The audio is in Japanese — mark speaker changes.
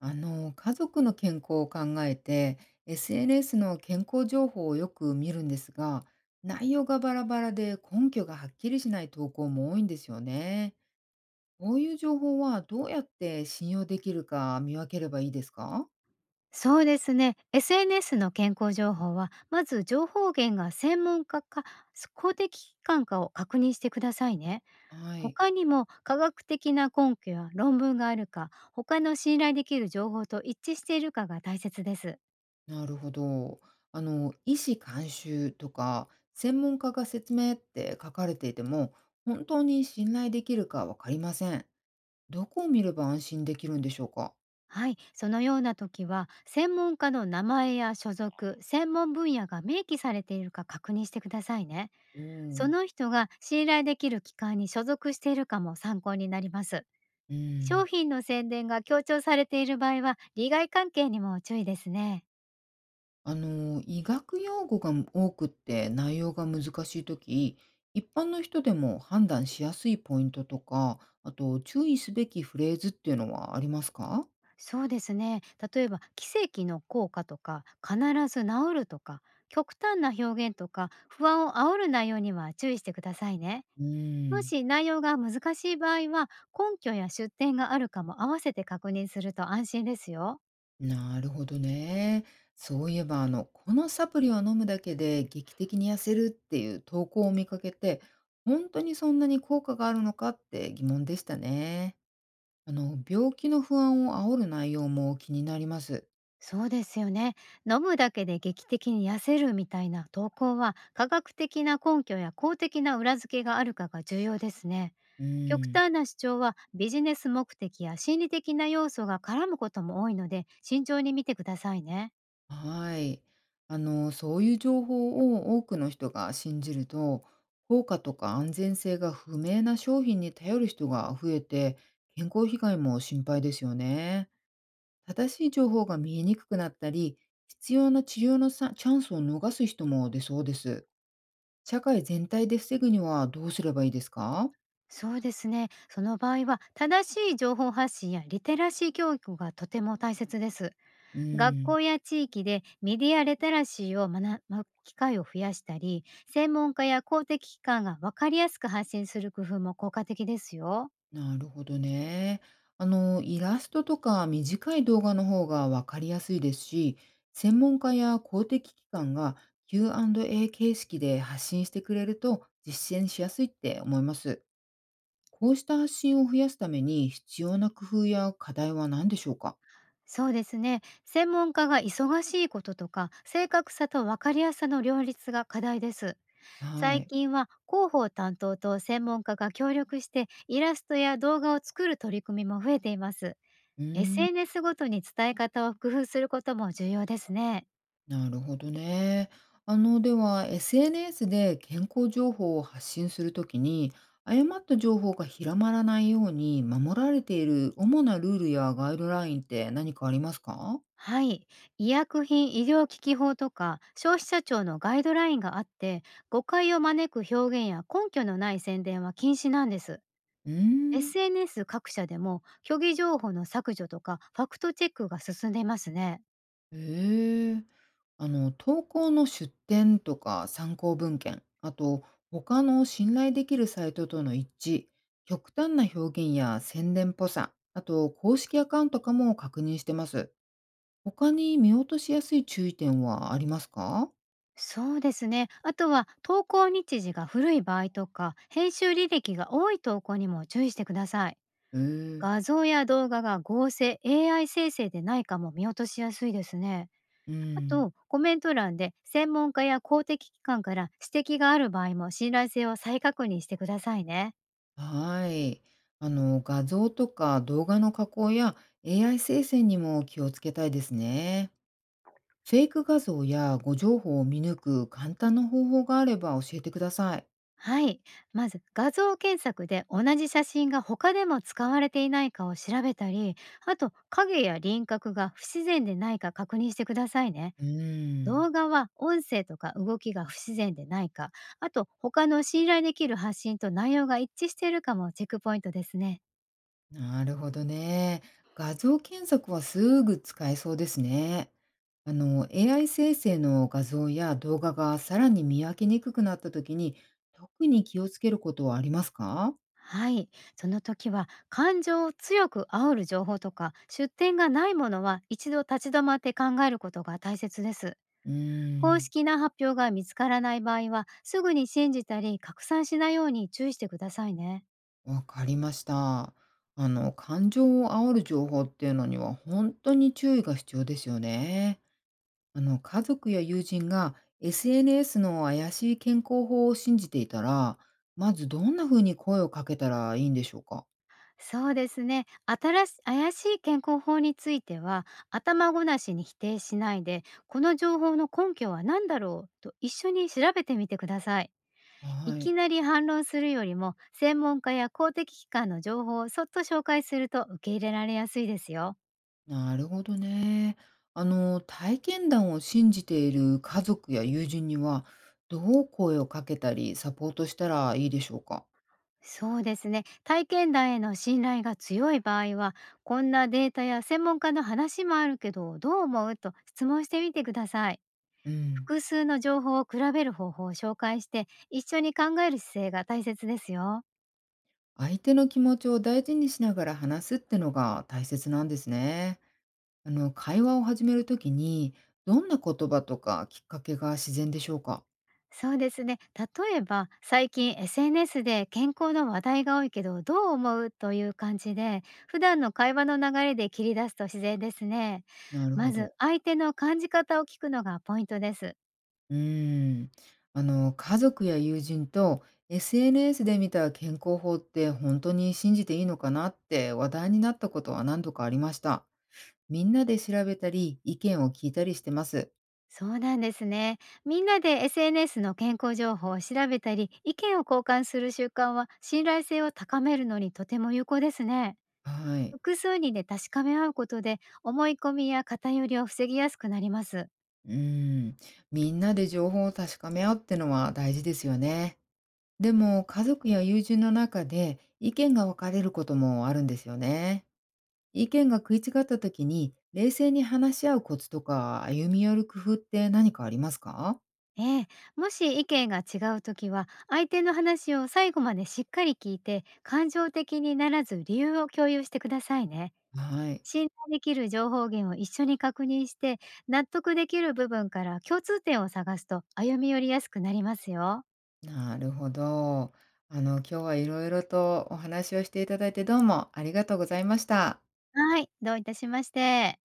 Speaker 1: 家族の健康を考えて、SNS の健康情報をよく見るんですが、内容がバラバラで根拠がはっきりしない投稿も多いんですよね。こういう情報はどうやって信用できるか見分ければいいですか？
Speaker 2: そうですね。SNS の健康情報は、まず情報源が専門家か公的機関かを確認してくださいね。
Speaker 1: はい、
Speaker 2: 他にも科学的な根拠や論文があるか、他の信頼できる情報と一致しているかが大切です。
Speaker 1: なるほど。医師監修とか、専門家が説明って書かれていても、本当に信頼できるかわかりません。どこを見れば安心できるんでしょうか？
Speaker 2: はい、そのような時は、専門家の名前や所属、専門分野が明記されているか確認してくださいね。
Speaker 1: う
Speaker 2: そ
Speaker 1: ん。
Speaker 2: の人が信頼できる機関に所属しているかも参考になります。
Speaker 1: おーう
Speaker 2: 商
Speaker 1: ん。
Speaker 2: 品の宣伝が強調されている場合は、利害関係にも注意ですね。
Speaker 1: 医学用語が多くって内容が難しいとき、一般の人でも判断しやすいポイントとか、あと注意すべきフレーズっていうのはありますか？
Speaker 2: そうですね。例えば、奇跡の効果とか、必ず治るとか、極端な表現とか、不安を煽る内容には注意してくださいね。
Speaker 1: うー
Speaker 2: も
Speaker 1: ん、
Speaker 2: し内容が難しい場合は、根拠や出典があるかも合わせて確認すると安心ですよ。
Speaker 1: なるほどね。そういえば、このサプリを飲むだけで劇的に痩せるっていう投稿を見かけて、本当にそんなに効果があるのかって疑問でしたね。病気の不安を煽る内容も気になります。
Speaker 2: そうですよね。飲むだけで劇的に痩せるみたいな投稿は、科学的な根拠や公的な裏付けがあるかが重要ですね。
Speaker 1: う
Speaker 2: 極
Speaker 1: ん。
Speaker 2: 端な主張はビジネス目的や心理的な要素が絡むことも多いので、慎重に見てくださいね。
Speaker 1: はい。そういう情報を多くの人が信じると、効果とか安全性が不明な商品に頼る人が増えて、健康被害も心配ですよね。正しい情報が見えにくくなったり、必要な治療のチャンスを逃す人も出そうです。社会全体で防ぐにはどうすればいいですか？
Speaker 2: そうですね。その場合は、正しい情報発信やリテラシー教育がとても大切です。
Speaker 1: う
Speaker 2: 学
Speaker 1: ん。
Speaker 2: 校や地域でメディアリテラシーを学ぶ機会を増やしたり、専門家や公的機関が分かりやすく発信する工夫も効果的ですよ。
Speaker 1: なるほどね。イラストとか短い動画の方がわかりやすいですし、専門家や公的機関が Q&A 形式で発信してくれると実践しやすいって思います。こうした発信を増やすために必要な工夫や課題は何でしょうか？
Speaker 2: そうですね。専門家が忙しいことと、か正確さと分かりやすさの両立が課題です。
Speaker 1: は
Speaker 2: 最
Speaker 1: い。
Speaker 2: 近は、広報担当と専門家が協力してイラストや動画を作る取り組みも増えています。
Speaker 1: うーん。
Speaker 2: SNS ごとに伝え方を工夫することも重要ですね。
Speaker 1: なるほどね。では、SNS で健康情報を発信するときに、誤った情報が広まらないように守られている主なルールやガイドラインって何かありますか？
Speaker 2: はい。医薬品医療機器法とか消費者庁のガイドラインがあって、誤解を招く表現や根拠のない宣伝は禁止なんです。
Speaker 1: うーん、
Speaker 2: SNS 各社でも、虚偽情報の削除とかファクトチェックが進んでいますね。
Speaker 1: ええ。投稿の出典とか参考文献、あと、他の信頼できるサイトとの一致、極端な表現や宣伝っぽさ、あと、公式アカウントかも確認してます。他に見落としやすい注意点はありますか？
Speaker 2: そうですね。あとは、投稿日時が古い場合とか、編集履歴が多い投稿にも注意してください。
Speaker 1: へえ。
Speaker 2: 画像や動画が合成、AI 生成でないかも見落としやすいですね。
Speaker 1: う
Speaker 2: あ
Speaker 1: ん。
Speaker 2: と、コメント欄で専門家や公的機関から指摘がある場合も、信頼性を再確認してくださいね。
Speaker 1: はい。画像とか動画の加工や AI 生成にも気をつけたいですね。フェイク画像や誤情報を見抜く簡単な方法があれば教えてください。
Speaker 2: はい。まず、画像検索で同じ写真が他でも使われていないかを調べたり、あと、影や輪郭が不自然でないか確認してくださいね。
Speaker 1: うーん。
Speaker 2: 動画は、音声とか動きが不自然でないか、あと他の信頼できる発信と内容が一致しているかもチェックポイントですね。
Speaker 1: なるほどね。画像検索はすぐ使えそうですね。AI 生成の画像や動画がさらに見分けにくくなった時に、特に気をつけることはありますか？
Speaker 2: はい。その時は、感情を強く煽る情報とか出典がないものは、一度立ち止まって考えることが大切です。
Speaker 1: うー
Speaker 2: 公
Speaker 1: ん、
Speaker 2: 式な発表が見つからない場合は、すぐに信じたり拡散しないように注意してくださいね。
Speaker 1: わかりました。感情を煽る情報っていうのには本当に注意が必要ですよね。家族や友人が SNS の怪しい健康法を信じていたら、まずどんな風に声をかけたらいいんでしょうか？
Speaker 2: そうですね。新し怪しい健康法については、頭ごなしに否定しないで、この情報の根拠は何だろうと一緒に調べてみてください。い
Speaker 1: は
Speaker 2: き
Speaker 1: い、
Speaker 2: なり反論するよりも、専門家や公的機関の情報をそっと紹介すると受け入れられやすいですよ。
Speaker 1: なるほどね。体験談を信じている家族や友人には、どう声をかけたりサポートしたらいいでしょうか？
Speaker 2: そうですね。体験談への信頼が強い場合は、こんなデータや専門家の話もあるけど、どう思うと質問してみてください。
Speaker 1: うん。
Speaker 2: 複数の情報を比べる方法を紹介して、一緒に考える姿勢が大切ですよ。
Speaker 1: 相手の気持ちを大事にしながら話すってのが大切なんですね。会話を始めるときに、どんな言葉とかきっかけが自然でしょうか？
Speaker 2: そうですね。例えば、最近 SNS で健康の話題が多いけどどう思うという感じで、普段の会話の流れで切り出すと自然ですね。
Speaker 1: なる
Speaker 2: ま
Speaker 1: ほ
Speaker 2: ず
Speaker 1: ど。
Speaker 2: 相手の感じ方を聞くのがポイントです。
Speaker 1: うーん、家族や友人と SNS で見た健康法って本当に信じていいのかなって話題になったことは何度かありました。みんなで調べたり、意見を聞いたりしてます。
Speaker 2: そうなんですね。みんなで SNS の健康情報を調べたり意見を交換する習慣は、信頼性を高めるのにとても有効ですね。
Speaker 1: はい。
Speaker 2: 複数人で確かめ合うことで、思い込みや偏りを防ぎやすくなります。
Speaker 1: うーん、みんなで情報を確かめ合うってのは大事ですよね。でも、家族や友人の中で意見が分かれることもあるんですよね。意見が食い違った時に冷静に話し合うコツとか歩み寄る工夫って何かありますか？
Speaker 2: ええ、もし意見が違うときは、相手の話を最後までしっかり聞いて、感情的にならず理由を共有してくださいね。
Speaker 1: はい、
Speaker 2: 信頼できる情報源を一緒に確認して、納得できる部分から共通点を探すと歩み寄りやすくなりますよ。
Speaker 1: なるほど。今日はいろいろとお話をしていただいて、どうもありがとうございました。
Speaker 2: はい、どういたしまして。